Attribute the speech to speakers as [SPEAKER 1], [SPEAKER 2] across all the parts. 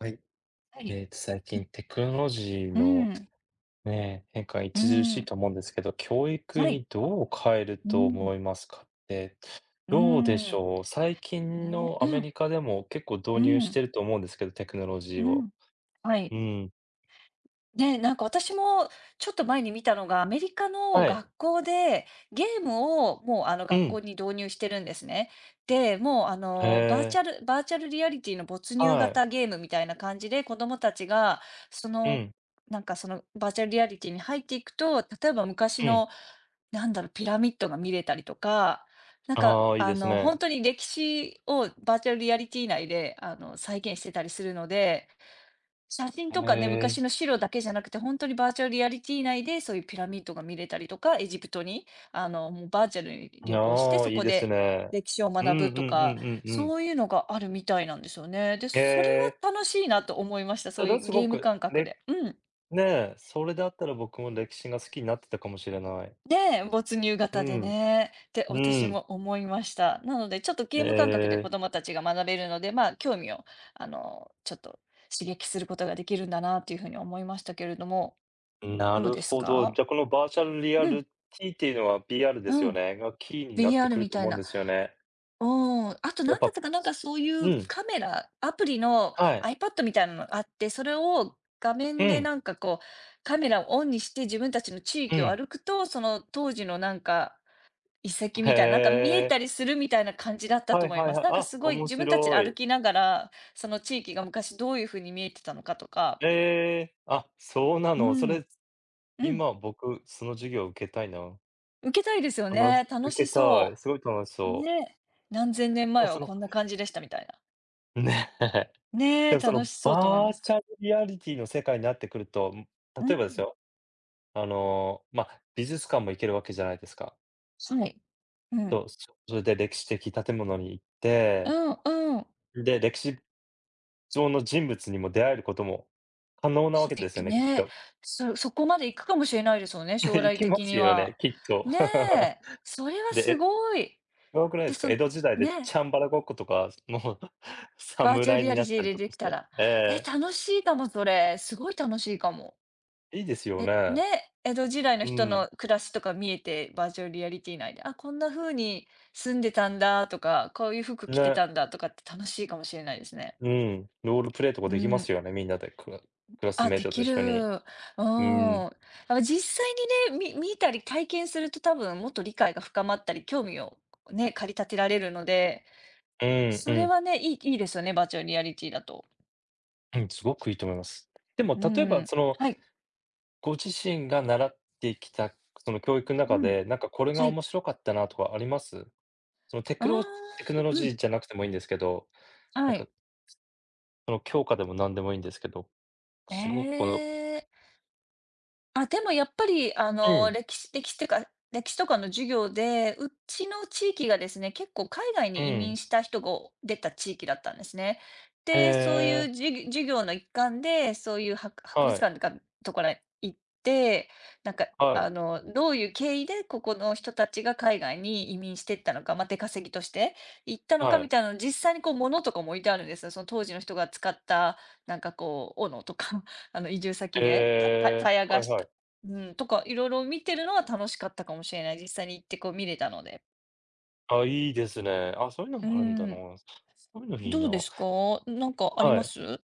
[SPEAKER 1] はい。
[SPEAKER 2] はい。
[SPEAKER 1] 最近テクノロジー
[SPEAKER 2] う
[SPEAKER 1] の
[SPEAKER 2] ん、
[SPEAKER 1] ね、変化が
[SPEAKER 2] う
[SPEAKER 1] 著しい
[SPEAKER 2] ん、
[SPEAKER 1] と思うんですけど、教育
[SPEAKER 2] はい、
[SPEAKER 1] にどう変える
[SPEAKER 2] う
[SPEAKER 1] と
[SPEAKER 2] ん、
[SPEAKER 1] 思いますかって、
[SPEAKER 2] う
[SPEAKER 1] どうでし
[SPEAKER 2] ん、
[SPEAKER 1] ょう。最近
[SPEAKER 2] ね、
[SPEAKER 1] のア
[SPEAKER 2] う
[SPEAKER 1] メ
[SPEAKER 2] ん、
[SPEAKER 1] リカでも結構導
[SPEAKER 2] う
[SPEAKER 1] 入して
[SPEAKER 2] ん、
[SPEAKER 1] ると思うんですけど、テクノロ
[SPEAKER 2] う
[SPEAKER 1] ジーを。
[SPEAKER 2] ん。は
[SPEAKER 1] う
[SPEAKER 2] い。
[SPEAKER 1] ん。
[SPEAKER 2] ね、なんか私もちょっと前に見たのが、アメリカの
[SPEAKER 1] はい。
[SPEAKER 2] 学校でゲームをもうあの
[SPEAKER 1] う
[SPEAKER 2] 学
[SPEAKER 1] ん。
[SPEAKER 2] 校に導入してるんですね。で、もうあ
[SPEAKER 1] へ
[SPEAKER 2] のバー
[SPEAKER 1] え。
[SPEAKER 2] チャルバーチャルリアリティの没入
[SPEAKER 1] はい。
[SPEAKER 2] 型ゲームみたいな感じで子どもたちがそ
[SPEAKER 1] う
[SPEAKER 2] の
[SPEAKER 1] ん。
[SPEAKER 2] なんかそのバーチャルリアリティに入っていくと、例えば昔
[SPEAKER 1] うん。
[SPEAKER 2] のなんだろう、ピラミッドが見れたりとか、なんか
[SPEAKER 1] ああ、いい
[SPEAKER 2] あ
[SPEAKER 1] です
[SPEAKER 2] の
[SPEAKER 1] ね。
[SPEAKER 2] 本当に歴史をバーチャルリアリティ内であの再現してたりするので、写真
[SPEAKER 1] へ
[SPEAKER 2] とかね、
[SPEAKER 1] え。
[SPEAKER 2] 昔の資料だけじゃなくて、本当にバーチャルリアリティ内で、そういうピラミッドが見れたりとか、エジプトに、あの、もうバーチャルに旅行して、
[SPEAKER 1] ああ、
[SPEAKER 2] そ
[SPEAKER 1] いい
[SPEAKER 2] こ
[SPEAKER 1] です
[SPEAKER 2] で
[SPEAKER 1] ね。
[SPEAKER 2] 歴史を
[SPEAKER 1] う
[SPEAKER 2] 学
[SPEAKER 1] んう
[SPEAKER 2] ぶ
[SPEAKER 1] ん
[SPEAKER 2] と
[SPEAKER 1] う
[SPEAKER 2] か、
[SPEAKER 1] んうんうん。
[SPEAKER 2] そういうのがあるみたいなんですよね。で、
[SPEAKER 1] へ
[SPEAKER 2] それ
[SPEAKER 1] え。
[SPEAKER 2] は楽しいなと思いました。そ
[SPEAKER 1] そ
[SPEAKER 2] う
[SPEAKER 1] れは
[SPEAKER 2] いう
[SPEAKER 1] す
[SPEAKER 2] ゲ
[SPEAKER 1] ご
[SPEAKER 2] ーム
[SPEAKER 1] く、
[SPEAKER 2] 感覚で。うん。
[SPEAKER 1] ねえ、それであったら僕も歴史が好きになってたかもしれない。
[SPEAKER 2] ねえ、没入
[SPEAKER 1] う
[SPEAKER 2] 型で
[SPEAKER 1] ん、
[SPEAKER 2] ね、って
[SPEAKER 1] う
[SPEAKER 2] 私
[SPEAKER 1] ん。
[SPEAKER 2] も思いました。なので、ちょっとゲーム感覚で
[SPEAKER 1] え
[SPEAKER 2] 子どもたちが学べるので、まあ、興味を、あの、ちょっと刺激することができるんだなっていうふうに思いましたけれども、
[SPEAKER 1] え、な
[SPEAKER 2] どう
[SPEAKER 1] る
[SPEAKER 2] です
[SPEAKER 1] ほど。じ
[SPEAKER 2] か？
[SPEAKER 1] ゃあ、このバーチャルリア
[SPEAKER 2] うん、
[SPEAKER 1] リティっていうのは b r です
[SPEAKER 2] う
[SPEAKER 1] よ
[SPEAKER 2] ん。
[SPEAKER 1] ね、がキーになって
[SPEAKER 2] VR
[SPEAKER 1] くる
[SPEAKER 2] み
[SPEAKER 1] と
[SPEAKER 2] た
[SPEAKER 1] 思
[SPEAKER 2] い
[SPEAKER 1] うんで
[SPEAKER 2] な。
[SPEAKER 1] すよね。
[SPEAKER 2] うん。あと
[SPEAKER 1] やっ
[SPEAKER 2] 何だっ
[SPEAKER 1] ぱ
[SPEAKER 2] たか、なんかそうい
[SPEAKER 1] う
[SPEAKER 2] う
[SPEAKER 1] ん、
[SPEAKER 2] カメラ、アプリの
[SPEAKER 1] はい。
[SPEAKER 2] iPad みたいなのがあって、それを画
[SPEAKER 1] う
[SPEAKER 2] 面で
[SPEAKER 1] ん、
[SPEAKER 2] なんかこう、カメラをオンにして自分たちの地
[SPEAKER 1] う
[SPEAKER 2] 域を
[SPEAKER 1] ん。
[SPEAKER 2] 歩くと、その当時のなんか遺跡
[SPEAKER 1] へ
[SPEAKER 2] みたいな、なんか見えた
[SPEAKER 1] え。
[SPEAKER 2] りするみたいな感じだったと
[SPEAKER 1] はい
[SPEAKER 2] 思い
[SPEAKER 1] はい
[SPEAKER 2] ます。
[SPEAKER 1] はい。
[SPEAKER 2] なんか
[SPEAKER 1] あ、
[SPEAKER 2] すごい
[SPEAKER 1] 面
[SPEAKER 2] 自分たちで
[SPEAKER 1] 白
[SPEAKER 2] 歩
[SPEAKER 1] い。
[SPEAKER 2] きながら、その地域が昔どういう風に見えてたのかとか。
[SPEAKER 1] ええ、あ、そうな
[SPEAKER 2] う
[SPEAKER 1] の。それ、
[SPEAKER 2] ん、うん。
[SPEAKER 1] 今僕その授業受けたいな。
[SPEAKER 2] 受けたいですよ
[SPEAKER 1] 楽し
[SPEAKER 2] ね。楽
[SPEAKER 1] 受
[SPEAKER 2] し
[SPEAKER 1] けたい。
[SPEAKER 2] そ
[SPEAKER 1] すごい楽し
[SPEAKER 2] う。
[SPEAKER 1] そう。
[SPEAKER 2] ね。何千年
[SPEAKER 1] あ
[SPEAKER 2] 前
[SPEAKER 1] そ
[SPEAKER 2] は
[SPEAKER 1] の
[SPEAKER 2] こんな感じでしたみたいな。
[SPEAKER 1] ねえ。
[SPEAKER 2] ね、え、
[SPEAKER 1] でもそ
[SPEAKER 2] 楽
[SPEAKER 1] の、
[SPEAKER 2] しそうと思いま
[SPEAKER 1] バー
[SPEAKER 2] す。
[SPEAKER 1] チャルリアリティの世界になってくると、ん、
[SPEAKER 2] う
[SPEAKER 1] 例えばです
[SPEAKER 2] ん、
[SPEAKER 1] よ、あの、ま、美術館も行けるわけじゃないですか。
[SPEAKER 2] はい。うん。
[SPEAKER 1] と、それで歴史的建物に行っ
[SPEAKER 2] う
[SPEAKER 1] て、
[SPEAKER 2] んうん。
[SPEAKER 1] で、歴史上の人物にも出会えることも可能なわ
[SPEAKER 2] 素
[SPEAKER 1] けですよ
[SPEAKER 2] 敵
[SPEAKER 1] ね、きっ
[SPEAKER 2] ね。
[SPEAKER 1] と。
[SPEAKER 2] そこまで行くかもしれないですよね、将
[SPEAKER 1] 行
[SPEAKER 2] 来
[SPEAKER 1] きま
[SPEAKER 2] 的
[SPEAKER 1] す
[SPEAKER 2] に
[SPEAKER 1] よね、
[SPEAKER 2] は。
[SPEAKER 1] きっと。
[SPEAKER 2] ね え、それは
[SPEAKER 1] で、
[SPEAKER 2] すごい。
[SPEAKER 1] え、やばくないで
[SPEAKER 2] で、
[SPEAKER 1] すか？
[SPEAKER 2] そ
[SPEAKER 1] 江
[SPEAKER 2] の
[SPEAKER 1] 戸時代で
[SPEAKER 2] ね
[SPEAKER 1] チ
[SPEAKER 2] え、
[SPEAKER 1] ャンバラごっことか、もう
[SPEAKER 2] バーチャル
[SPEAKER 1] 侍
[SPEAKER 2] リ
[SPEAKER 1] に
[SPEAKER 2] ア
[SPEAKER 1] な
[SPEAKER 2] リ
[SPEAKER 1] っ
[SPEAKER 2] テ
[SPEAKER 1] た
[SPEAKER 2] ィ
[SPEAKER 1] り
[SPEAKER 2] で
[SPEAKER 1] とか
[SPEAKER 2] でき
[SPEAKER 1] し
[SPEAKER 2] た
[SPEAKER 1] て。
[SPEAKER 2] ら、
[SPEAKER 1] え
[SPEAKER 2] え、
[SPEAKER 1] え、
[SPEAKER 2] 楽しいかも、それ。すごい楽しいかも。
[SPEAKER 1] いいですよ
[SPEAKER 2] え、ね
[SPEAKER 1] ね。
[SPEAKER 2] え、江戸時代の
[SPEAKER 1] う
[SPEAKER 2] 人
[SPEAKER 1] ん、
[SPEAKER 2] の暮らしとか見えて、バーチャルリアリティ内で、あ、こんな風に住んでたんだとか、こういう服着て
[SPEAKER 1] ね。
[SPEAKER 2] たんだとかって楽しいかもしれないですね。
[SPEAKER 1] うん、ロールプレイとか
[SPEAKER 2] う
[SPEAKER 1] できま
[SPEAKER 2] ん。
[SPEAKER 1] すよね、みんなで、クラス
[SPEAKER 2] あ、
[SPEAKER 1] メイ
[SPEAKER 2] で
[SPEAKER 1] トと
[SPEAKER 2] き
[SPEAKER 1] 一
[SPEAKER 2] る。
[SPEAKER 1] 緒に。
[SPEAKER 2] うん。
[SPEAKER 1] うん。
[SPEAKER 2] あ、ま実際にね、見たり体験すると多分もっと理解が深まったり、興味をね、駆り立てられるので、
[SPEAKER 1] うん、う
[SPEAKER 2] それ
[SPEAKER 1] ん。
[SPEAKER 2] はね、いいですよね、バーチャルリアリティだと。
[SPEAKER 1] うん、すごくいいと思います。でも
[SPEAKER 2] う
[SPEAKER 1] 例えば、
[SPEAKER 2] ん。
[SPEAKER 1] その、
[SPEAKER 2] はい。
[SPEAKER 1] ご自身が習ってきた、その教育ん中
[SPEAKER 2] うん。
[SPEAKER 1] で、なんかこれが
[SPEAKER 2] はい。
[SPEAKER 1] 面白かったなとかあります？その
[SPEAKER 2] ああ、
[SPEAKER 1] テクノロ
[SPEAKER 2] う
[SPEAKER 1] ジ
[SPEAKER 2] ん、
[SPEAKER 1] ーじゃなくてもいいんですけど、な
[SPEAKER 2] は
[SPEAKER 1] んか
[SPEAKER 2] い。
[SPEAKER 1] その教科でも何でもいいんですけど、
[SPEAKER 2] え
[SPEAKER 1] すごくこの
[SPEAKER 2] え。あ、でもやっぱり、あ
[SPEAKER 1] う
[SPEAKER 2] の、
[SPEAKER 1] ん、
[SPEAKER 2] 歴史っていうか、歴史とかの授業で、うちの地域がですね、結構海外
[SPEAKER 1] う
[SPEAKER 2] に移民
[SPEAKER 1] ん。
[SPEAKER 2] した人が出た地域だったんですね。
[SPEAKER 1] へ
[SPEAKER 2] で、そうい
[SPEAKER 1] え、
[SPEAKER 2] う授業の一環で、そういう博
[SPEAKER 1] は
[SPEAKER 2] 物
[SPEAKER 1] い、
[SPEAKER 2] 館とかところに行って、なんか、
[SPEAKER 1] はい、
[SPEAKER 2] あの、どういう経緯でここの人たちが海外に移民していったのか、まあ、出稼ぎとして行ったのか
[SPEAKER 1] は
[SPEAKER 2] み
[SPEAKER 1] い。
[SPEAKER 2] たいなの、実際にこう物とかも置いてあるんですよ。その当時の人が使った、なんかこう、斧とか、あの、移住先
[SPEAKER 1] へ
[SPEAKER 2] で、たた
[SPEAKER 1] え、
[SPEAKER 2] たや
[SPEAKER 1] は
[SPEAKER 2] が
[SPEAKER 1] い
[SPEAKER 2] し
[SPEAKER 1] はい。
[SPEAKER 2] うん、とか、いろいろ見てるのは楽しかったかもしれない。実際に行ってこう見れたので。
[SPEAKER 1] あ、いいですね。あ、そういうの
[SPEAKER 2] う
[SPEAKER 1] もあるんだな。
[SPEAKER 2] ん。
[SPEAKER 1] そういうのいい
[SPEAKER 2] どうで
[SPEAKER 1] な。
[SPEAKER 2] すか？なんかあり
[SPEAKER 1] は
[SPEAKER 2] ま
[SPEAKER 1] い。
[SPEAKER 2] す？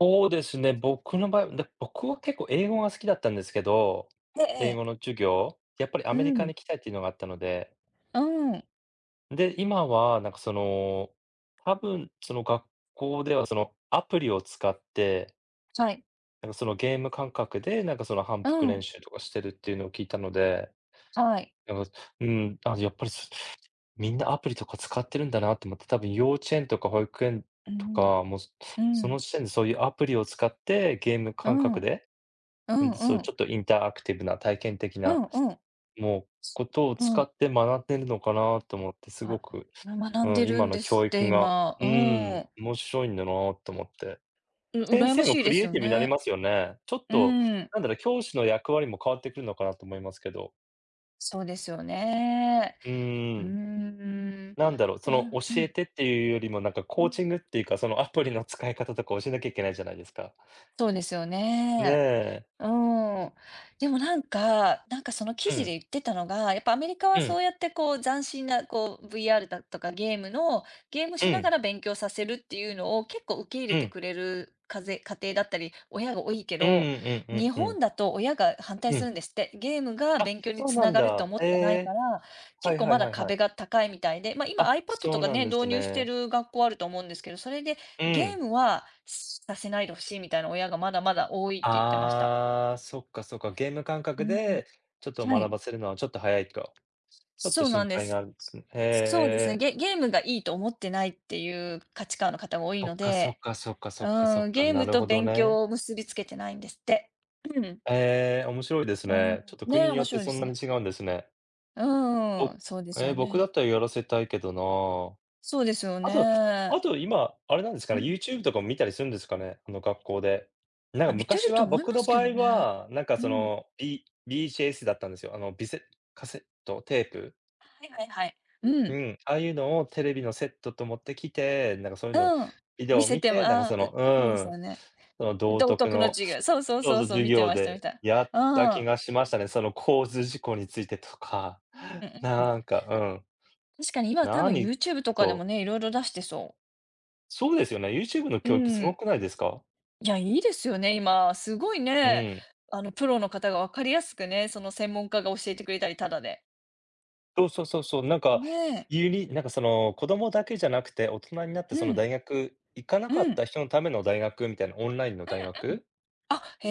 [SPEAKER 1] そうですね、僕の場合、で僕は結構英語が好きだったんですけど、
[SPEAKER 2] ええ
[SPEAKER 1] 英
[SPEAKER 2] ええ。
[SPEAKER 1] 語の授業、やっぱりア
[SPEAKER 2] う
[SPEAKER 1] メリカ
[SPEAKER 2] ん、
[SPEAKER 1] に来たいっていうのがあったので、
[SPEAKER 2] うん。
[SPEAKER 1] で、今はなんかその、多分その学校ではそのアプリを使って、
[SPEAKER 2] はい。
[SPEAKER 1] なんかそのゲーム感覚で、なんかその反
[SPEAKER 2] う
[SPEAKER 1] 復練
[SPEAKER 2] ん、
[SPEAKER 1] 習とかしてるっていうのを聞いたので
[SPEAKER 2] はい。
[SPEAKER 1] やっぱうん、あ、やっぱり、みんなアプリとか使ってるんだなって思って、多分幼稚園とか保育園
[SPEAKER 2] う
[SPEAKER 1] と
[SPEAKER 2] ん、
[SPEAKER 1] か、もう、
[SPEAKER 2] う
[SPEAKER 1] その
[SPEAKER 2] ん、
[SPEAKER 1] 時点でそういうアプリを使ってゲーム
[SPEAKER 2] う
[SPEAKER 1] 感
[SPEAKER 2] ん、う
[SPEAKER 1] 覚
[SPEAKER 2] ん、
[SPEAKER 1] で、
[SPEAKER 2] う
[SPEAKER 1] うん、
[SPEAKER 2] ん、う
[SPEAKER 1] そ
[SPEAKER 2] ん、
[SPEAKER 1] う、
[SPEAKER 2] うん。
[SPEAKER 1] ちょっとインタラクティブな体験的
[SPEAKER 2] う
[SPEAKER 1] な、
[SPEAKER 2] ん。
[SPEAKER 1] もう、ことを
[SPEAKER 2] う
[SPEAKER 1] 使
[SPEAKER 2] ん、
[SPEAKER 1] って学んでるのかなと思って、すご
[SPEAKER 2] あ、
[SPEAKER 1] く、
[SPEAKER 2] 学ん
[SPEAKER 1] う
[SPEAKER 2] で
[SPEAKER 1] ん、
[SPEAKER 2] る
[SPEAKER 1] 今
[SPEAKER 2] ん
[SPEAKER 1] の
[SPEAKER 2] です
[SPEAKER 1] 教
[SPEAKER 2] って、
[SPEAKER 1] 育が、
[SPEAKER 2] 今。
[SPEAKER 1] うん、
[SPEAKER 2] うん。
[SPEAKER 1] 面白いんだなと思って。
[SPEAKER 2] う
[SPEAKER 1] 先
[SPEAKER 2] 羨ま
[SPEAKER 1] 生も
[SPEAKER 2] しい
[SPEAKER 1] ク
[SPEAKER 2] で
[SPEAKER 1] リ
[SPEAKER 2] す
[SPEAKER 1] エイ
[SPEAKER 2] よ
[SPEAKER 1] ティブになり
[SPEAKER 2] ね。
[SPEAKER 1] ますよね。ちょっ
[SPEAKER 2] う
[SPEAKER 1] と、
[SPEAKER 2] ん。
[SPEAKER 1] なんだろう、教師の役割も変わってくるのかなと思いますけど。
[SPEAKER 2] そうですよね。
[SPEAKER 1] うー
[SPEAKER 2] うー
[SPEAKER 1] ん。
[SPEAKER 2] ん。
[SPEAKER 1] なんだろう、そ
[SPEAKER 2] う
[SPEAKER 1] の、教
[SPEAKER 2] ん、う
[SPEAKER 1] え
[SPEAKER 2] ん、
[SPEAKER 1] てっていうよりも、なんか、
[SPEAKER 2] う
[SPEAKER 1] コー
[SPEAKER 2] ん。
[SPEAKER 1] チングっていうか、その、アプリの使い方とか教えなきゃいけないじゃないですか。
[SPEAKER 2] そうですよ
[SPEAKER 1] ね
[SPEAKER 2] ね。
[SPEAKER 1] え。
[SPEAKER 2] うん。でもなんかなんかその記
[SPEAKER 1] う
[SPEAKER 2] 事で
[SPEAKER 1] ん、
[SPEAKER 2] 言ってたのが、やっぱアメリカ
[SPEAKER 1] う
[SPEAKER 2] は
[SPEAKER 1] ん、
[SPEAKER 2] そうやってこう斬新なこう VR だとかゲーム
[SPEAKER 1] う
[SPEAKER 2] しなが
[SPEAKER 1] ん、
[SPEAKER 2] ら勉強させるっていうのを結構受け入
[SPEAKER 1] う
[SPEAKER 2] れて
[SPEAKER 1] ん、
[SPEAKER 2] くれるかぜ家庭だったり、親が多いけ
[SPEAKER 1] うんう
[SPEAKER 2] ど、
[SPEAKER 1] んうん
[SPEAKER 2] 日
[SPEAKER 1] うんうん、
[SPEAKER 2] 本だと親が反
[SPEAKER 1] う
[SPEAKER 2] 対するん
[SPEAKER 1] ん。
[SPEAKER 2] ですって。ゲームが
[SPEAKER 1] あ、
[SPEAKER 2] 勉強に
[SPEAKER 1] そう
[SPEAKER 2] つ
[SPEAKER 1] な
[SPEAKER 2] な
[SPEAKER 1] ん
[SPEAKER 2] がると
[SPEAKER 1] だ。
[SPEAKER 2] 思っ
[SPEAKER 1] え
[SPEAKER 2] てないか
[SPEAKER 1] え、
[SPEAKER 2] ら、
[SPEAKER 1] は
[SPEAKER 2] 結
[SPEAKER 1] い
[SPEAKER 2] 構
[SPEAKER 1] は
[SPEAKER 2] ま
[SPEAKER 1] い
[SPEAKER 2] だ
[SPEAKER 1] はいは
[SPEAKER 2] 壁
[SPEAKER 1] い。
[SPEAKER 2] が高いみたいで、ま、今
[SPEAKER 1] あ、
[SPEAKER 2] iPad
[SPEAKER 1] そ
[SPEAKER 2] と
[SPEAKER 1] う
[SPEAKER 2] か
[SPEAKER 1] なん
[SPEAKER 2] ね、
[SPEAKER 1] です
[SPEAKER 2] 導入して
[SPEAKER 1] ね。
[SPEAKER 2] る学校あると思うんですけど、それで
[SPEAKER 1] う
[SPEAKER 2] ゲー
[SPEAKER 1] ん。
[SPEAKER 2] ムはさせないでほしいみたいな親がまだまだ多いって言ってました。
[SPEAKER 1] ああ、そっかそっか、ゲーム感
[SPEAKER 2] う
[SPEAKER 1] 覚
[SPEAKER 2] ん、
[SPEAKER 1] でちょっと
[SPEAKER 2] は
[SPEAKER 1] 学
[SPEAKER 2] い。
[SPEAKER 1] ばせるのはちょっと早いと。ちょっと
[SPEAKER 2] そうな
[SPEAKER 1] 心
[SPEAKER 2] んで
[SPEAKER 1] 配があ
[SPEAKER 2] す。
[SPEAKER 1] るんですね。へ
[SPEAKER 2] そうですね。
[SPEAKER 1] え。
[SPEAKER 2] ゲームがいいと思ってないっていう価値観の方が多い
[SPEAKER 1] そっ
[SPEAKER 2] の
[SPEAKER 1] かそっ
[SPEAKER 2] で、
[SPEAKER 1] かそっかそっかそ
[SPEAKER 2] う
[SPEAKER 1] っ
[SPEAKER 2] ん、
[SPEAKER 1] か、
[SPEAKER 2] ゲー
[SPEAKER 1] な
[SPEAKER 2] ム
[SPEAKER 1] る
[SPEAKER 2] と
[SPEAKER 1] ほど
[SPEAKER 2] 勉
[SPEAKER 1] ね。
[SPEAKER 2] 強を結びつけてないんですって。うん。
[SPEAKER 1] ええ、面白いです
[SPEAKER 2] うん、
[SPEAKER 1] ね。ちょっと国
[SPEAKER 2] ねえ、
[SPEAKER 1] によ
[SPEAKER 2] 面
[SPEAKER 1] って
[SPEAKER 2] 白いで
[SPEAKER 1] そん
[SPEAKER 2] す
[SPEAKER 1] なに
[SPEAKER 2] ね。
[SPEAKER 1] 違うんですね。ぼ
[SPEAKER 2] うん、そうです
[SPEAKER 1] え
[SPEAKER 2] よ
[SPEAKER 1] え、僕だ
[SPEAKER 2] ね。
[SPEAKER 1] ったらやらせたいけどな。
[SPEAKER 2] そうですよ
[SPEAKER 1] あと
[SPEAKER 2] ね。
[SPEAKER 1] あと今、あれなんですか
[SPEAKER 2] う
[SPEAKER 1] ね、
[SPEAKER 2] ん。
[SPEAKER 1] YouTube とかも見たりするんですかね？あの、学校で。なん
[SPEAKER 2] あ、
[SPEAKER 1] か
[SPEAKER 2] 見て
[SPEAKER 1] 昔
[SPEAKER 2] ると
[SPEAKER 1] は、
[SPEAKER 2] 思い
[SPEAKER 1] 僕
[SPEAKER 2] ま
[SPEAKER 1] の
[SPEAKER 2] す
[SPEAKER 1] 場
[SPEAKER 2] け
[SPEAKER 1] 合
[SPEAKER 2] どね。
[SPEAKER 1] は、なんか
[SPEAKER 2] う
[SPEAKER 1] そ
[SPEAKER 2] ん。
[SPEAKER 1] の、B BJS だったんですよ。あの、カセットテープ。
[SPEAKER 2] はいはいはい。う
[SPEAKER 1] う
[SPEAKER 2] ん。
[SPEAKER 1] ん、ああいうのをテレビのセットと持ってきて、なんかそういうの
[SPEAKER 2] うん。
[SPEAKER 1] ビデ
[SPEAKER 2] 見
[SPEAKER 1] オを
[SPEAKER 2] せ
[SPEAKER 1] 見
[SPEAKER 2] ても
[SPEAKER 1] て、なんかそ
[SPEAKER 2] あー、
[SPEAKER 1] の、
[SPEAKER 2] う
[SPEAKER 1] う
[SPEAKER 2] そうです
[SPEAKER 1] ん、
[SPEAKER 2] よね。
[SPEAKER 1] その道
[SPEAKER 2] 道
[SPEAKER 1] 徳
[SPEAKER 2] 徳の
[SPEAKER 1] の、
[SPEAKER 2] 授業、そうそう
[SPEAKER 1] そう
[SPEAKER 2] そ
[SPEAKER 1] そ
[SPEAKER 2] う
[SPEAKER 1] う、
[SPEAKER 2] そう、
[SPEAKER 1] 授
[SPEAKER 2] 見て
[SPEAKER 1] 業
[SPEAKER 2] ました見
[SPEAKER 1] で
[SPEAKER 2] た。
[SPEAKER 1] やった
[SPEAKER 2] う
[SPEAKER 1] 気
[SPEAKER 2] ん。
[SPEAKER 1] がしましたね。その交通事故についてとか、
[SPEAKER 2] うんう ん。
[SPEAKER 1] なんか、うん、
[SPEAKER 2] 確かに今多分
[SPEAKER 1] 何
[SPEAKER 2] YouTube とかでも
[SPEAKER 1] そう、
[SPEAKER 2] ね、いろいろ出してそう。
[SPEAKER 1] そうですよね。YouTube の
[SPEAKER 2] う
[SPEAKER 1] 教育すご
[SPEAKER 2] ん。
[SPEAKER 1] くないですか？
[SPEAKER 2] いや、いいですよね、今。すごい
[SPEAKER 1] う
[SPEAKER 2] ね、
[SPEAKER 1] ん。
[SPEAKER 2] あの、プロの方が分かりやすくね、その専門家が教えてくれたり、ただで。
[SPEAKER 1] そうそうそうそう、なんか、
[SPEAKER 2] ねえ。
[SPEAKER 1] なんかその子供だけじゃなくて、大人になってそ
[SPEAKER 2] う
[SPEAKER 1] の
[SPEAKER 2] ん、
[SPEAKER 1] 大学行かなか
[SPEAKER 2] う
[SPEAKER 1] った
[SPEAKER 2] ん。
[SPEAKER 1] 人のための大学みたいな、オンラインの大学？
[SPEAKER 2] あ、へ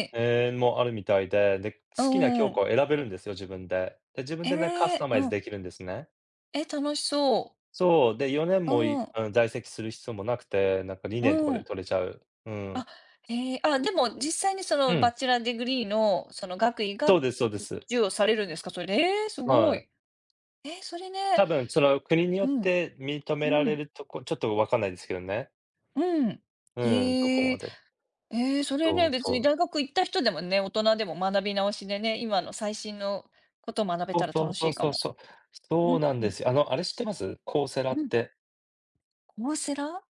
[SPEAKER 2] え。
[SPEAKER 1] ええ、もあるみたいで、で、好
[SPEAKER 2] う
[SPEAKER 1] きな
[SPEAKER 2] ん
[SPEAKER 1] 教
[SPEAKER 2] う
[SPEAKER 1] 科
[SPEAKER 2] ん。
[SPEAKER 1] を選べるんですよ、自分で。で、自分でね、カ
[SPEAKER 2] え
[SPEAKER 1] スタ
[SPEAKER 2] え、
[SPEAKER 1] マイズ
[SPEAKER 2] うん、
[SPEAKER 1] できるんですね。
[SPEAKER 2] え、楽しそう。
[SPEAKER 1] そう、で、4年
[SPEAKER 2] うん、
[SPEAKER 1] あの、在籍する必要もなくて、なんか
[SPEAKER 2] う
[SPEAKER 1] 2年とかで
[SPEAKER 2] ん。
[SPEAKER 1] 取れちゃう。うん。
[SPEAKER 2] あ、へえ。あ、でも実際にそ
[SPEAKER 1] う
[SPEAKER 2] のバ
[SPEAKER 1] ん、
[SPEAKER 2] チェラーディグリーのその学位が
[SPEAKER 1] そう
[SPEAKER 2] 授
[SPEAKER 1] ですそうです。
[SPEAKER 2] 与されるんですか？それ。ええ、すご
[SPEAKER 1] はい。
[SPEAKER 2] い。えー、それね
[SPEAKER 1] 多分その国によ
[SPEAKER 2] う
[SPEAKER 1] っ
[SPEAKER 2] ん、
[SPEAKER 1] て認めら
[SPEAKER 2] う
[SPEAKER 1] れ
[SPEAKER 2] ん。
[SPEAKER 1] るとこ、ちょっとわかんないですけどね。
[SPEAKER 2] うん。
[SPEAKER 1] うん、どこ
[SPEAKER 2] へ
[SPEAKER 1] ま
[SPEAKER 2] え。
[SPEAKER 1] で。
[SPEAKER 2] えーそれ
[SPEAKER 1] そう
[SPEAKER 2] ね、別に
[SPEAKER 1] そう。
[SPEAKER 2] 大学行った人でもね、大人でも学び直しでね、今の最新のことを学べ
[SPEAKER 1] そう
[SPEAKER 2] たら
[SPEAKER 1] そう
[SPEAKER 2] 楽し
[SPEAKER 1] そう
[SPEAKER 2] いか
[SPEAKER 1] そう
[SPEAKER 2] も。
[SPEAKER 1] そう。
[SPEAKER 2] う
[SPEAKER 1] そうなんで
[SPEAKER 2] ん、
[SPEAKER 1] すよ。あの、あれ知ってますコーセラっ
[SPEAKER 2] うん。
[SPEAKER 1] て。
[SPEAKER 2] コーセラ？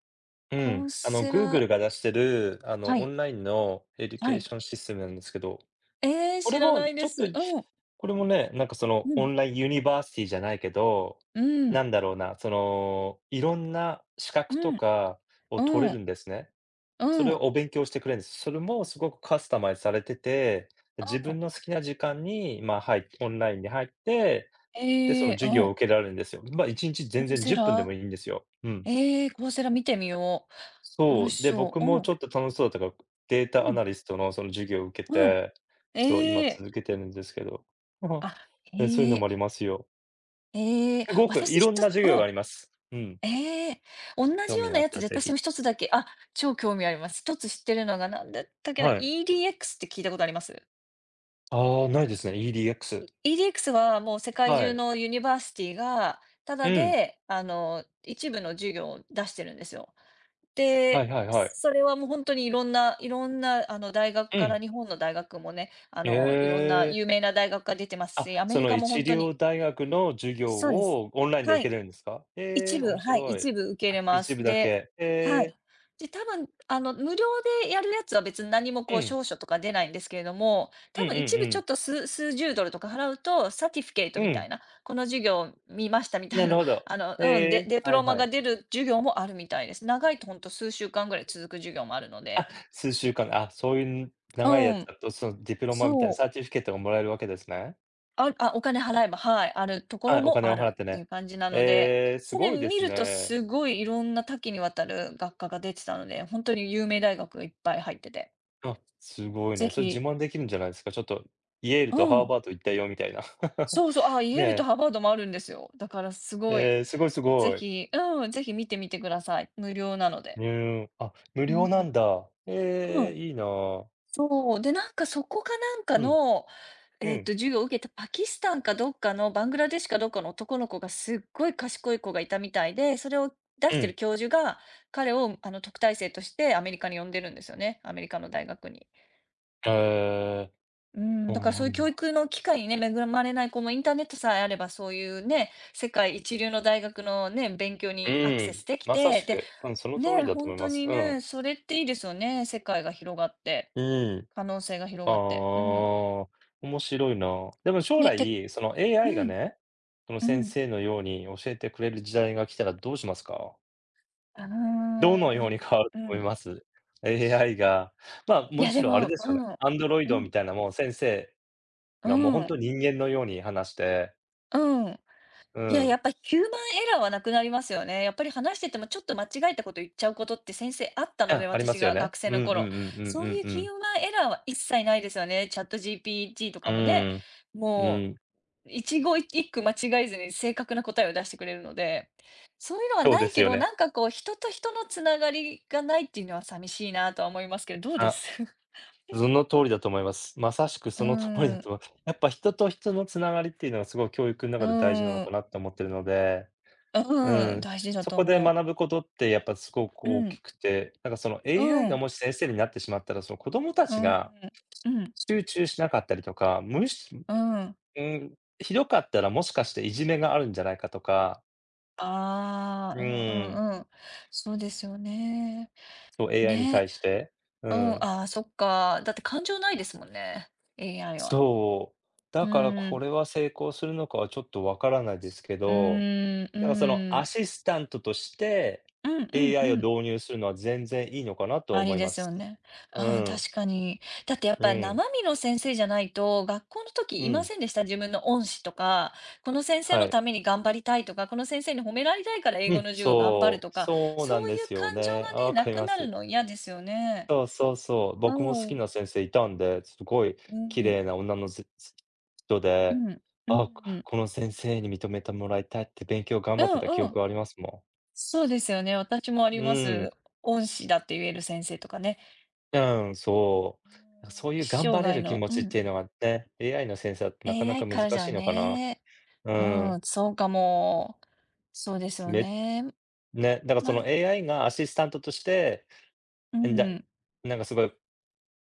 [SPEAKER 1] う
[SPEAKER 2] コ
[SPEAKER 1] ん。
[SPEAKER 2] ー
[SPEAKER 1] あの、
[SPEAKER 2] セ
[SPEAKER 1] Google
[SPEAKER 2] ラ
[SPEAKER 1] が出してる、あ
[SPEAKER 2] は
[SPEAKER 1] の、オン
[SPEAKER 2] い、
[SPEAKER 1] ラインのエデュ
[SPEAKER 2] は
[SPEAKER 1] ケー
[SPEAKER 2] い。
[SPEAKER 1] ションシステムなんですけど、
[SPEAKER 2] えー
[SPEAKER 1] これ
[SPEAKER 2] 知らな
[SPEAKER 1] も
[SPEAKER 2] い
[SPEAKER 1] ち
[SPEAKER 2] で
[SPEAKER 1] ょっと、
[SPEAKER 2] す。うん、
[SPEAKER 1] これもね、なんかその
[SPEAKER 2] う
[SPEAKER 1] オ
[SPEAKER 2] ん、
[SPEAKER 1] ンラインユニバーシティじゃないけど、
[SPEAKER 2] うん、
[SPEAKER 1] なんだろうな、その、いろんな資
[SPEAKER 2] う
[SPEAKER 1] 格と
[SPEAKER 2] ん、
[SPEAKER 1] かを
[SPEAKER 2] う
[SPEAKER 1] 取
[SPEAKER 2] ん、
[SPEAKER 1] れ
[SPEAKER 2] う
[SPEAKER 1] る
[SPEAKER 2] ん、
[SPEAKER 1] んですね。それ
[SPEAKER 2] う
[SPEAKER 1] を
[SPEAKER 2] ん。
[SPEAKER 1] お勉強してくれるんです。それもすごくカスタマイズされてて、自分の好きな時間に、まあ、はい、オンラインに入って、で、そ
[SPEAKER 2] え
[SPEAKER 1] の
[SPEAKER 2] ー
[SPEAKER 1] 授
[SPEAKER 2] う
[SPEAKER 1] 業
[SPEAKER 2] ん。
[SPEAKER 1] を受けられるんですよ。まあ、1日
[SPEAKER 2] コ
[SPEAKER 1] 全
[SPEAKER 2] ー
[SPEAKER 1] 然
[SPEAKER 2] セ
[SPEAKER 1] 10分でも
[SPEAKER 2] ラ。
[SPEAKER 1] いいんですよ。うん。
[SPEAKER 2] えーコーセラ見てみよう。
[SPEAKER 1] そ
[SPEAKER 2] 楽
[SPEAKER 1] う、
[SPEAKER 2] し
[SPEAKER 1] で、
[SPEAKER 2] そ
[SPEAKER 1] 僕
[SPEAKER 2] う。う
[SPEAKER 1] も
[SPEAKER 2] ん、
[SPEAKER 1] ちょっと楽しそうだったから、データ
[SPEAKER 2] う
[SPEAKER 1] ア
[SPEAKER 2] ん、
[SPEAKER 1] ナリストのその授業を受け
[SPEAKER 2] うん。
[SPEAKER 1] て、そう、今
[SPEAKER 2] えー
[SPEAKER 1] 続けてるんですけど。
[SPEAKER 2] あ、
[SPEAKER 1] ね、そういう
[SPEAKER 2] え
[SPEAKER 1] のも
[SPEAKER 2] え。
[SPEAKER 1] ありますよ。
[SPEAKER 2] ええ、
[SPEAKER 1] すごくい
[SPEAKER 2] 私一
[SPEAKER 1] ろんな
[SPEAKER 2] つ、
[SPEAKER 1] 授業
[SPEAKER 2] う
[SPEAKER 1] があ
[SPEAKER 2] ん、
[SPEAKER 1] ります。うん、
[SPEAKER 2] ええ、同
[SPEAKER 1] 興
[SPEAKER 2] じよ
[SPEAKER 1] 味
[SPEAKER 2] う
[SPEAKER 1] が
[SPEAKER 2] な
[SPEAKER 1] あっ
[SPEAKER 2] や
[SPEAKER 1] た
[SPEAKER 2] つ
[SPEAKER 1] ら
[SPEAKER 2] で
[SPEAKER 1] ぜ
[SPEAKER 2] 私も
[SPEAKER 1] ひ。
[SPEAKER 2] 一つだけ、あ、超興味あります。一つ知ってるのがなんだったっけな、
[SPEAKER 1] はい。
[SPEAKER 2] EDX って聞いたことあります
[SPEAKER 1] ああ、ないですね、EDX。
[SPEAKER 2] ？EDX はもう世界
[SPEAKER 1] は
[SPEAKER 2] 中
[SPEAKER 1] い。
[SPEAKER 2] のユニバーシティが、た
[SPEAKER 1] う
[SPEAKER 2] だ
[SPEAKER 1] ん。
[SPEAKER 2] であの、一部の授業を出してるんですよ。
[SPEAKER 1] はい
[SPEAKER 2] で、
[SPEAKER 1] はいはい。
[SPEAKER 2] それはもう本当にいろんないろんなあの、大学
[SPEAKER 1] う
[SPEAKER 2] から
[SPEAKER 1] ん。
[SPEAKER 2] 日本の大学もね、あ
[SPEAKER 1] へ
[SPEAKER 2] の、いろんな
[SPEAKER 1] え。
[SPEAKER 2] 有名な大学が出てます
[SPEAKER 1] あ、
[SPEAKER 2] し、アメ
[SPEAKER 1] そ
[SPEAKER 2] リ
[SPEAKER 1] の
[SPEAKER 2] カも
[SPEAKER 1] 一
[SPEAKER 2] 本当
[SPEAKER 1] 流
[SPEAKER 2] に
[SPEAKER 1] 大学の授業
[SPEAKER 2] そうです。
[SPEAKER 1] をオンラインで
[SPEAKER 2] は
[SPEAKER 1] 受け
[SPEAKER 2] い。
[SPEAKER 1] れるんですか？へ
[SPEAKER 2] 一
[SPEAKER 1] え、
[SPEAKER 2] 部、
[SPEAKER 1] 面
[SPEAKER 2] はい、
[SPEAKER 1] 白い。
[SPEAKER 2] 一部受け
[SPEAKER 1] あ、
[SPEAKER 2] れま
[SPEAKER 1] 一部
[SPEAKER 2] す。
[SPEAKER 1] だけ。
[SPEAKER 2] で
[SPEAKER 1] へ
[SPEAKER 2] はい。
[SPEAKER 1] え。
[SPEAKER 2] で、多分、あの、無料でやるやつは別に何も
[SPEAKER 1] う
[SPEAKER 2] こう
[SPEAKER 1] ん。
[SPEAKER 2] 証書とか出ないんですけれども、
[SPEAKER 1] う
[SPEAKER 2] 多
[SPEAKER 1] んうんう
[SPEAKER 2] 分一部ちょ
[SPEAKER 1] ん。
[SPEAKER 2] っと数十ドルとか払うと、サティフィケイト
[SPEAKER 1] う
[SPEAKER 2] みた
[SPEAKER 1] ん。
[SPEAKER 2] いな、この授業見ましたみ た
[SPEAKER 1] な
[SPEAKER 2] い
[SPEAKER 1] る
[SPEAKER 2] な、
[SPEAKER 1] ほ ど。
[SPEAKER 2] あの、
[SPEAKER 1] え
[SPEAKER 2] うん、で
[SPEAKER 1] え、
[SPEAKER 2] デプ
[SPEAKER 1] はい
[SPEAKER 2] ロマ
[SPEAKER 1] は
[SPEAKER 2] が
[SPEAKER 1] い。
[SPEAKER 2] 出る授業もあるみたいです。長いと本当数週間ぐらい続く授業もあるので。
[SPEAKER 1] 数週間、あ、そういう長いや
[SPEAKER 2] う
[SPEAKER 1] つ
[SPEAKER 2] ん、
[SPEAKER 1] だと、そのディプロマみたいなサ
[SPEAKER 2] そう。
[SPEAKER 1] ーティフィケートがもらえるわけですね。
[SPEAKER 2] ああ、お金払えば、はい、あるとこ
[SPEAKER 1] は
[SPEAKER 2] ろ
[SPEAKER 1] い、お
[SPEAKER 2] も
[SPEAKER 1] 金
[SPEAKER 2] あ
[SPEAKER 1] を払っ
[SPEAKER 2] る
[SPEAKER 1] て
[SPEAKER 2] ってい
[SPEAKER 1] ね。
[SPEAKER 2] う感じなので、
[SPEAKER 1] ええ、す
[SPEAKER 2] それ
[SPEAKER 1] ごいで
[SPEAKER 2] 見
[SPEAKER 1] す
[SPEAKER 2] ると
[SPEAKER 1] ね。
[SPEAKER 2] すごいいろんな多岐にわたる学科が出てたので、本当に有名大学がいっぱい入ってて、
[SPEAKER 1] あ、すごい
[SPEAKER 2] ぜ
[SPEAKER 1] ね。それ自
[SPEAKER 2] ひ
[SPEAKER 1] 慢できるんじゃないですか。ちょっとイェールと
[SPEAKER 2] う
[SPEAKER 1] ハー
[SPEAKER 2] ん、
[SPEAKER 1] バード行ったよみたいな。
[SPEAKER 2] そうそう、あ、イェールと
[SPEAKER 1] ね
[SPEAKER 2] ハーバードもあるんですよ。だからす
[SPEAKER 1] え、
[SPEAKER 2] ご
[SPEAKER 1] え
[SPEAKER 2] い、
[SPEAKER 1] え、すごいす
[SPEAKER 2] ぜ
[SPEAKER 1] ごい。
[SPEAKER 2] ひうん、ぜひ見てみてください。無料なの
[SPEAKER 1] う
[SPEAKER 2] で。
[SPEAKER 1] ーん、あ、無
[SPEAKER 2] う
[SPEAKER 1] 料な
[SPEAKER 2] ん、
[SPEAKER 1] んだ。
[SPEAKER 2] う
[SPEAKER 1] え
[SPEAKER 2] ん。
[SPEAKER 1] え、いいなあ。
[SPEAKER 2] そう、で、なんかそこかなんか
[SPEAKER 1] うん、
[SPEAKER 2] の、
[SPEAKER 1] うん、
[SPEAKER 2] 授業を受けたパキスタンかどっかの、バングラデシュかどっかの男の子がすっごい賢い子がいたみたいで、それを出
[SPEAKER 1] う
[SPEAKER 2] して
[SPEAKER 1] ん。
[SPEAKER 2] る教授が、彼を特待生としてアメリカに呼んでるんですよね、アメリカの大学に。
[SPEAKER 1] ええ、
[SPEAKER 2] うん、
[SPEAKER 1] そ
[SPEAKER 2] だ
[SPEAKER 1] う
[SPEAKER 2] から
[SPEAKER 1] な
[SPEAKER 2] そういう
[SPEAKER 1] ん
[SPEAKER 2] 教
[SPEAKER 1] だ。
[SPEAKER 2] 育の機会にね、恵まれない子もインターネットさえあれば、そういうね、世界一流の大学のね、勉強
[SPEAKER 1] う
[SPEAKER 2] にアクセス
[SPEAKER 1] ん、
[SPEAKER 2] でき
[SPEAKER 1] まさ
[SPEAKER 2] て、
[SPEAKER 1] し
[SPEAKER 2] で、
[SPEAKER 1] く、うん、その通り
[SPEAKER 2] ね、
[SPEAKER 1] だと
[SPEAKER 2] 本
[SPEAKER 1] 思いま
[SPEAKER 2] 当
[SPEAKER 1] す。
[SPEAKER 2] に
[SPEAKER 1] うん。
[SPEAKER 2] ね、それっていいですよね、世界が広がって、
[SPEAKER 1] うん。
[SPEAKER 2] 可能性が広
[SPEAKER 1] ああ、
[SPEAKER 2] がって。うん。
[SPEAKER 1] 面白いな。でも将
[SPEAKER 2] ね、て
[SPEAKER 1] 来、その
[SPEAKER 2] う
[SPEAKER 1] AI が
[SPEAKER 2] ん、
[SPEAKER 1] ね、その
[SPEAKER 2] う
[SPEAKER 1] 先
[SPEAKER 2] ん。
[SPEAKER 1] 生のように教えてくれる時代が来たらどうしますか？
[SPEAKER 2] うー
[SPEAKER 1] どのよう
[SPEAKER 2] ん、
[SPEAKER 1] に変わると
[SPEAKER 2] う
[SPEAKER 1] 思い
[SPEAKER 2] ん。
[SPEAKER 1] ます？AI が、まあ、
[SPEAKER 2] い
[SPEAKER 1] も
[SPEAKER 2] や、
[SPEAKER 1] ち
[SPEAKER 2] で
[SPEAKER 1] ろんあれ
[SPEAKER 2] も、
[SPEAKER 1] ですよ
[SPEAKER 2] う
[SPEAKER 1] ね、
[SPEAKER 2] ん、
[SPEAKER 1] アンドロイ
[SPEAKER 2] う
[SPEAKER 1] ドみ
[SPEAKER 2] ん、
[SPEAKER 1] たいなもう先生
[SPEAKER 2] う
[SPEAKER 1] がもう本
[SPEAKER 2] ん、
[SPEAKER 1] 当人間のように話して、
[SPEAKER 2] うん。
[SPEAKER 1] う
[SPEAKER 2] いや、や
[SPEAKER 1] ん。
[SPEAKER 2] っぱヒューマンエラーはなくなりますよね。やっぱり話しててもちょっと間違えたこと言っちゃうことって先生あった
[SPEAKER 1] い
[SPEAKER 2] の
[SPEAKER 1] や、
[SPEAKER 2] で、
[SPEAKER 1] ありま
[SPEAKER 2] 私
[SPEAKER 1] すよ
[SPEAKER 2] が
[SPEAKER 1] ね。
[SPEAKER 2] 学生の
[SPEAKER 1] んう
[SPEAKER 2] 頃。
[SPEAKER 1] んう
[SPEAKER 2] そう
[SPEAKER 1] ん
[SPEAKER 2] いう
[SPEAKER 1] う
[SPEAKER 2] ヒュー
[SPEAKER 1] ん。
[SPEAKER 2] マンエラーは一切ないですよね。チャットGPT とか
[SPEAKER 1] う
[SPEAKER 2] もね、
[SPEAKER 1] ん、う
[SPEAKER 2] も
[SPEAKER 1] ん。
[SPEAKER 2] う一期一句間違えずに正確な答えを出してくれるので、そういうのは
[SPEAKER 1] そう
[SPEAKER 2] な
[SPEAKER 1] で
[SPEAKER 2] い
[SPEAKER 1] す
[SPEAKER 2] け
[SPEAKER 1] よ
[SPEAKER 2] ど、
[SPEAKER 1] ね。
[SPEAKER 2] なんかこう人と人のつながりがないっていうのは寂しいなとは思いますけど、どうで
[SPEAKER 1] あ
[SPEAKER 2] す？
[SPEAKER 1] その通りだと思います。まさしく
[SPEAKER 2] う
[SPEAKER 1] そ
[SPEAKER 2] ー
[SPEAKER 1] の通りだ
[SPEAKER 2] ん、
[SPEAKER 1] と
[SPEAKER 2] う
[SPEAKER 1] 思います。やっぱ人と人のつながりっていうのがすごい教育の
[SPEAKER 2] ー
[SPEAKER 1] 中で大事なのか
[SPEAKER 2] ん、
[SPEAKER 1] なって思ってるので、
[SPEAKER 2] う
[SPEAKER 1] う
[SPEAKER 2] ーん、
[SPEAKER 1] ん。
[SPEAKER 2] 大事だ
[SPEAKER 1] そ
[SPEAKER 2] と
[SPEAKER 1] こで
[SPEAKER 2] 思
[SPEAKER 1] 学
[SPEAKER 2] う。
[SPEAKER 1] ぶことってやっぱすごく
[SPEAKER 2] う
[SPEAKER 1] 大
[SPEAKER 2] ん、
[SPEAKER 1] きくて、なんかその
[SPEAKER 2] う
[SPEAKER 1] AI が
[SPEAKER 2] ん、
[SPEAKER 1] もし先生になってしまったら、その子供た
[SPEAKER 2] う
[SPEAKER 1] ち
[SPEAKER 2] ん、
[SPEAKER 1] が
[SPEAKER 2] うん、
[SPEAKER 1] 集中しなかったりとか、むし
[SPEAKER 2] うん。
[SPEAKER 1] うん、ひどかったらもしかしていじめがあるんじゃないかとか、
[SPEAKER 2] ああ、
[SPEAKER 1] う
[SPEAKER 2] うんう
[SPEAKER 1] ん、
[SPEAKER 2] んうん。そうですよね。
[SPEAKER 1] そう AI に
[SPEAKER 2] ね、
[SPEAKER 1] 対して、う
[SPEAKER 2] うん、
[SPEAKER 1] ん。
[SPEAKER 2] ああ、そっか。だって感情ないですもんね、AI は。
[SPEAKER 1] そう、
[SPEAKER 2] う
[SPEAKER 1] だから
[SPEAKER 2] ー
[SPEAKER 1] こ
[SPEAKER 2] ん、
[SPEAKER 1] れは成功するのかはちょっとわからないですけ
[SPEAKER 2] う
[SPEAKER 1] ど、
[SPEAKER 2] ーん、う
[SPEAKER 1] なんかその
[SPEAKER 2] ー
[SPEAKER 1] ア
[SPEAKER 2] ん。
[SPEAKER 1] シスタントとして、
[SPEAKER 2] うんうん
[SPEAKER 1] AI を
[SPEAKER 2] うん。
[SPEAKER 1] 導入するのは全然いいのかなとは
[SPEAKER 2] あ
[SPEAKER 1] 思
[SPEAKER 2] り
[SPEAKER 1] い
[SPEAKER 2] で
[SPEAKER 1] ま
[SPEAKER 2] すよ
[SPEAKER 1] す。
[SPEAKER 2] ね。
[SPEAKER 1] う
[SPEAKER 2] うん、
[SPEAKER 1] ん、
[SPEAKER 2] 確かに。だってやっ
[SPEAKER 1] う
[SPEAKER 2] ぱ
[SPEAKER 1] ん、
[SPEAKER 2] 生身の先生じゃないと、学校の
[SPEAKER 1] う
[SPEAKER 2] 時いま
[SPEAKER 1] ん、
[SPEAKER 2] せんでした？自分の恩師とか、この先生
[SPEAKER 1] は
[SPEAKER 2] の
[SPEAKER 1] い、
[SPEAKER 2] ために頑張りたいとか、この先生に褒められたいから英
[SPEAKER 1] う
[SPEAKER 2] 語
[SPEAKER 1] ん、
[SPEAKER 2] の授業頑張る
[SPEAKER 1] そ
[SPEAKER 2] と
[SPEAKER 1] う、
[SPEAKER 2] か、
[SPEAKER 1] そうなん
[SPEAKER 2] そう
[SPEAKER 1] で
[SPEAKER 2] いう
[SPEAKER 1] すよ
[SPEAKER 2] 感情
[SPEAKER 1] ね。
[SPEAKER 2] が
[SPEAKER 1] あ、わ
[SPEAKER 2] ね、な
[SPEAKER 1] かり
[SPEAKER 2] く
[SPEAKER 1] ま
[SPEAKER 2] なる
[SPEAKER 1] す。
[SPEAKER 2] の嫌ですよね。
[SPEAKER 1] そうそうそう、僕も好
[SPEAKER 2] う
[SPEAKER 1] き
[SPEAKER 2] ん、
[SPEAKER 1] な先生いたんで、すごい
[SPEAKER 2] うん、
[SPEAKER 1] 綺
[SPEAKER 2] うん、
[SPEAKER 1] 麗な女のずず人
[SPEAKER 2] う
[SPEAKER 1] で、
[SPEAKER 2] ん、
[SPEAKER 1] あ、こ
[SPEAKER 2] う
[SPEAKER 1] この先生に認めてもらいたいって勉強頑張って
[SPEAKER 2] ん
[SPEAKER 1] た記
[SPEAKER 2] う
[SPEAKER 1] 憶
[SPEAKER 2] ん。
[SPEAKER 1] がありますも
[SPEAKER 2] そうですよね。私もあ
[SPEAKER 1] ん。
[SPEAKER 2] り
[SPEAKER 1] う
[SPEAKER 2] ます。
[SPEAKER 1] ん、
[SPEAKER 2] 恩師だって言える先生とかね。
[SPEAKER 1] うん、そう、そうい
[SPEAKER 2] 一
[SPEAKER 1] う頑
[SPEAKER 2] 生
[SPEAKER 1] 張れ
[SPEAKER 2] 涯
[SPEAKER 1] る気
[SPEAKER 2] の
[SPEAKER 1] 持
[SPEAKER 2] う
[SPEAKER 1] ちっ
[SPEAKER 2] ん、
[SPEAKER 1] ていうのがね、AI のセンサーってなかな
[SPEAKER 2] AI
[SPEAKER 1] か難
[SPEAKER 2] からじ
[SPEAKER 1] し
[SPEAKER 2] ゃ
[SPEAKER 1] いのかな。
[SPEAKER 2] ね
[SPEAKER 1] う
[SPEAKER 2] う
[SPEAKER 1] ん。
[SPEAKER 2] ん、そうかも。そうですよ
[SPEAKER 1] め
[SPEAKER 2] ね。
[SPEAKER 1] ね、だからそ
[SPEAKER 2] ま
[SPEAKER 1] の
[SPEAKER 2] あ、
[SPEAKER 1] AI がアシスタントとして、
[SPEAKER 2] う
[SPEAKER 1] えんだ
[SPEAKER 2] ん、
[SPEAKER 1] なんかすごい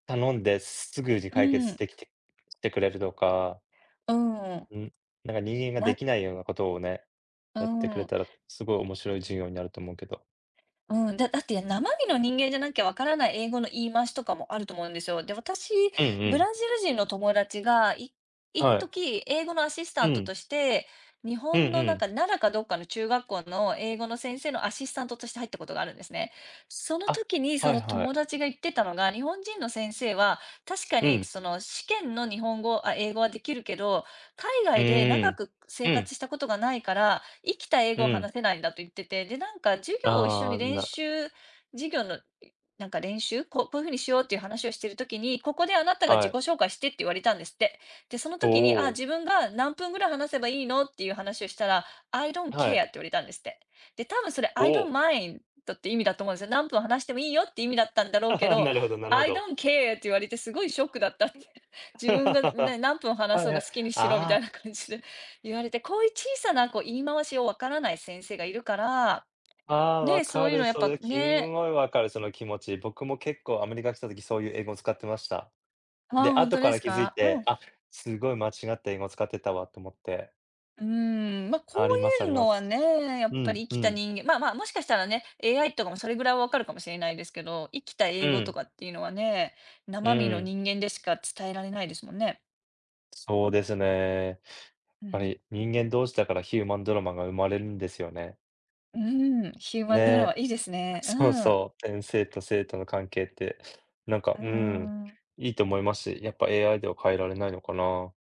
[SPEAKER 1] 頼んですぐに
[SPEAKER 2] う
[SPEAKER 1] 解決
[SPEAKER 2] ん、
[SPEAKER 1] できてしてくれるとか、
[SPEAKER 2] うん、
[SPEAKER 1] うん、なんか人間がで
[SPEAKER 2] な
[SPEAKER 1] きないようなことをね、
[SPEAKER 2] う
[SPEAKER 1] やってくれ
[SPEAKER 2] ん。
[SPEAKER 1] たらすごい面白い授業になると思うけど。
[SPEAKER 2] うん、だだって生身の人間じゃなきゃわからない英語の言い回しとかもあると思うんですよ。で、私、
[SPEAKER 1] うんう
[SPEAKER 2] ブラ
[SPEAKER 1] ん。
[SPEAKER 2] ジル人の友達が、い一
[SPEAKER 1] はい。
[SPEAKER 2] 時英語のアシス
[SPEAKER 1] う
[SPEAKER 2] タント
[SPEAKER 1] ん。
[SPEAKER 2] として、日
[SPEAKER 1] うんう
[SPEAKER 2] 本のなん
[SPEAKER 1] ん。
[SPEAKER 2] か奈良かどっかの中学校の英語の先生のアシスタントとして入ったことがあるんですね。その
[SPEAKER 1] あ、
[SPEAKER 2] 時に
[SPEAKER 1] は
[SPEAKER 2] そ
[SPEAKER 1] い
[SPEAKER 2] の
[SPEAKER 1] は
[SPEAKER 2] 友
[SPEAKER 1] い。
[SPEAKER 2] 達が言ってたのが、日本人の先生は確か
[SPEAKER 1] う
[SPEAKER 2] に
[SPEAKER 1] ん。
[SPEAKER 2] その試験の日本語、あ、英語はできるけど、海
[SPEAKER 1] う
[SPEAKER 2] 外で
[SPEAKER 1] ー
[SPEAKER 2] 長
[SPEAKER 1] ん。
[SPEAKER 2] く
[SPEAKER 1] う
[SPEAKER 2] 生
[SPEAKER 1] ん、
[SPEAKER 2] 活したことがないから、生きた英
[SPEAKER 1] う
[SPEAKER 2] 語を
[SPEAKER 1] ん。
[SPEAKER 2] 話せないんだと言ってて、で、なんか授業を一緒
[SPEAKER 1] ああ、
[SPEAKER 2] に練
[SPEAKER 1] な
[SPEAKER 2] 習授業の、いなんか練習、こうこういう風にしようっていう話をしてる時に、ここであなたが
[SPEAKER 1] は
[SPEAKER 2] 自己
[SPEAKER 1] い。
[SPEAKER 2] 紹介してって言われたんですって。で、その
[SPEAKER 1] お
[SPEAKER 2] 時に、あ、
[SPEAKER 1] お、
[SPEAKER 2] 自分が何分ぐらい話せばいいのっていう話をしたら、I don't
[SPEAKER 1] は
[SPEAKER 2] care
[SPEAKER 1] い。
[SPEAKER 2] って言われたんですって。で、多分それ
[SPEAKER 1] お
[SPEAKER 2] I don't
[SPEAKER 1] お。
[SPEAKER 2] mind って意味だと思うんですよ。何分話してもいいよって意味だったんだろうけ ど、
[SPEAKER 1] なるほどなるほ
[SPEAKER 2] I
[SPEAKER 1] ど。
[SPEAKER 2] don't care って言われてすごいショックだったって。自分がね、何分話
[SPEAKER 1] はい
[SPEAKER 2] そう
[SPEAKER 1] は
[SPEAKER 2] が
[SPEAKER 1] い。
[SPEAKER 2] 好きにしろみたい
[SPEAKER 1] あ
[SPEAKER 2] な感じで。言われて、こういう小さなこう言い回しをわからない先生がいるから、
[SPEAKER 1] ああ、わ
[SPEAKER 2] ね、そ
[SPEAKER 1] か
[SPEAKER 2] ういう
[SPEAKER 1] る、
[SPEAKER 2] のやっ
[SPEAKER 1] そ
[SPEAKER 2] ぱ
[SPEAKER 1] れ、す
[SPEAKER 2] ね、
[SPEAKER 1] ごいわかる、その気持ち。僕も結構アメリカ来た時、そういう英語を使ってました。
[SPEAKER 2] ああ、
[SPEAKER 1] で、
[SPEAKER 2] ほ
[SPEAKER 1] 後か
[SPEAKER 2] で
[SPEAKER 1] ら
[SPEAKER 2] す
[SPEAKER 1] 気づい
[SPEAKER 2] か？う
[SPEAKER 1] て、
[SPEAKER 2] ん。
[SPEAKER 1] あ、すごい間違った英語を使ってたわと思って。
[SPEAKER 2] うーん、ま、こ
[SPEAKER 1] あります
[SPEAKER 2] う
[SPEAKER 1] あ
[SPEAKER 2] い
[SPEAKER 1] り
[SPEAKER 2] う
[SPEAKER 1] ま
[SPEAKER 2] のは
[SPEAKER 1] す。
[SPEAKER 2] ね、や
[SPEAKER 1] う
[SPEAKER 2] っぱ
[SPEAKER 1] ん、
[SPEAKER 2] り
[SPEAKER 1] う
[SPEAKER 2] 生きた
[SPEAKER 1] ん、
[SPEAKER 2] 人間まあまあ、もしかしたらね、AI とかもそれぐらいはわかるかもしれないですけど、生きた
[SPEAKER 1] う
[SPEAKER 2] 英語と
[SPEAKER 1] ん、
[SPEAKER 2] かっていうのはね、
[SPEAKER 1] う
[SPEAKER 2] 生身の
[SPEAKER 1] ん。
[SPEAKER 2] 人間でしか伝えられないですもんね。
[SPEAKER 1] そうですね。やっ
[SPEAKER 2] う
[SPEAKER 1] ぱ
[SPEAKER 2] ん。
[SPEAKER 1] り人間同士だからヒューマンドラマが生まれるんですよね。
[SPEAKER 2] うーん、ヒューマ
[SPEAKER 1] ね
[SPEAKER 2] ンドラ
[SPEAKER 1] え、
[SPEAKER 2] マいいですね。
[SPEAKER 1] そう
[SPEAKER 2] うん。
[SPEAKER 1] そう、先生と生徒の関係って、なんか、
[SPEAKER 2] うー
[SPEAKER 1] うん、
[SPEAKER 2] ん。
[SPEAKER 1] いいと思いますし、やっぱ AI では変えられないのかな。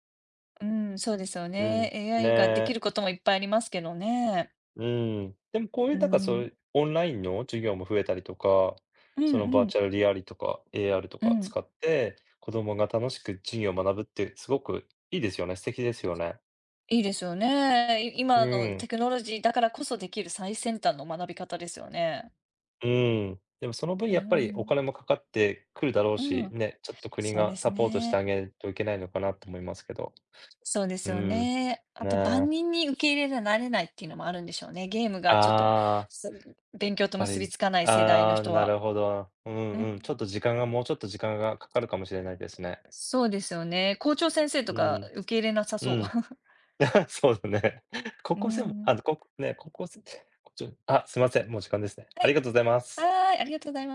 [SPEAKER 2] うーん、そうですよ
[SPEAKER 1] う
[SPEAKER 2] ね。
[SPEAKER 1] ん、ね
[SPEAKER 2] AI ができ
[SPEAKER 1] え、
[SPEAKER 2] ることもいっぱいありますけどね。
[SPEAKER 1] うん。でもこうい
[SPEAKER 2] う
[SPEAKER 1] う
[SPEAKER 2] ー
[SPEAKER 1] なんかそうい
[SPEAKER 2] ん。
[SPEAKER 1] うオンラインの授業も増えたりとか、
[SPEAKER 2] う
[SPEAKER 1] そ
[SPEAKER 2] ん
[SPEAKER 1] のバ
[SPEAKER 2] う
[SPEAKER 1] ー
[SPEAKER 2] ん。
[SPEAKER 1] チャルリアリとか AR と
[SPEAKER 2] う
[SPEAKER 1] か
[SPEAKER 2] ん、
[SPEAKER 1] 使って、子供が楽しく授業を学ぶってすごくいいですよね、素敵ですよね。
[SPEAKER 2] いいですよね。い
[SPEAKER 1] う
[SPEAKER 2] 今の
[SPEAKER 1] ん、
[SPEAKER 2] テクノロジーだからこそできる最先端の学び方ですよね。
[SPEAKER 1] うん。でもその分
[SPEAKER 2] う
[SPEAKER 1] やっぱりお
[SPEAKER 2] ん、
[SPEAKER 1] 金もかかってくるだろう
[SPEAKER 2] う
[SPEAKER 1] し、
[SPEAKER 2] ん、
[SPEAKER 1] ね、ちょっと国
[SPEAKER 2] そうで
[SPEAKER 1] が
[SPEAKER 2] す
[SPEAKER 1] サポートしてあ
[SPEAKER 2] ね。
[SPEAKER 1] げるといけないのかなと思いますけど。
[SPEAKER 2] そうで
[SPEAKER 1] う
[SPEAKER 2] すよ
[SPEAKER 1] ん、
[SPEAKER 2] ね。あと
[SPEAKER 1] ね、
[SPEAKER 2] 万人に受け入れられないっていうのもあるんでしょうね。ゲームがちょっと、
[SPEAKER 1] ああ、
[SPEAKER 2] す勉強と
[SPEAKER 1] やっぱ
[SPEAKER 2] 結び
[SPEAKER 1] り、
[SPEAKER 2] つかない世代の
[SPEAKER 1] ああ、
[SPEAKER 2] 人
[SPEAKER 1] な
[SPEAKER 2] は。
[SPEAKER 1] るほど。う
[SPEAKER 2] う
[SPEAKER 1] ん
[SPEAKER 2] ん、
[SPEAKER 1] うん、ちょっと時間がかかるかもしれないですね。
[SPEAKER 2] そうですよね。校長先生と
[SPEAKER 1] う
[SPEAKER 2] か
[SPEAKER 1] ん、
[SPEAKER 2] 受け入れなさ
[SPEAKER 1] う
[SPEAKER 2] そう。
[SPEAKER 1] ん。そうだね。高
[SPEAKER 2] う
[SPEAKER 1] 校生も
[SPEAKER 2] ん、
[SPEAKER 1] あこね、高校生こっちょあ、すいません、もう時間ですね。
[SPEAKER 2] は
[SPEAKER 1] あり
[SPEAKER 2] い、
[SPEAKER 1] がとうございます。
[SPEAKER 2] はーい、ありがとうございます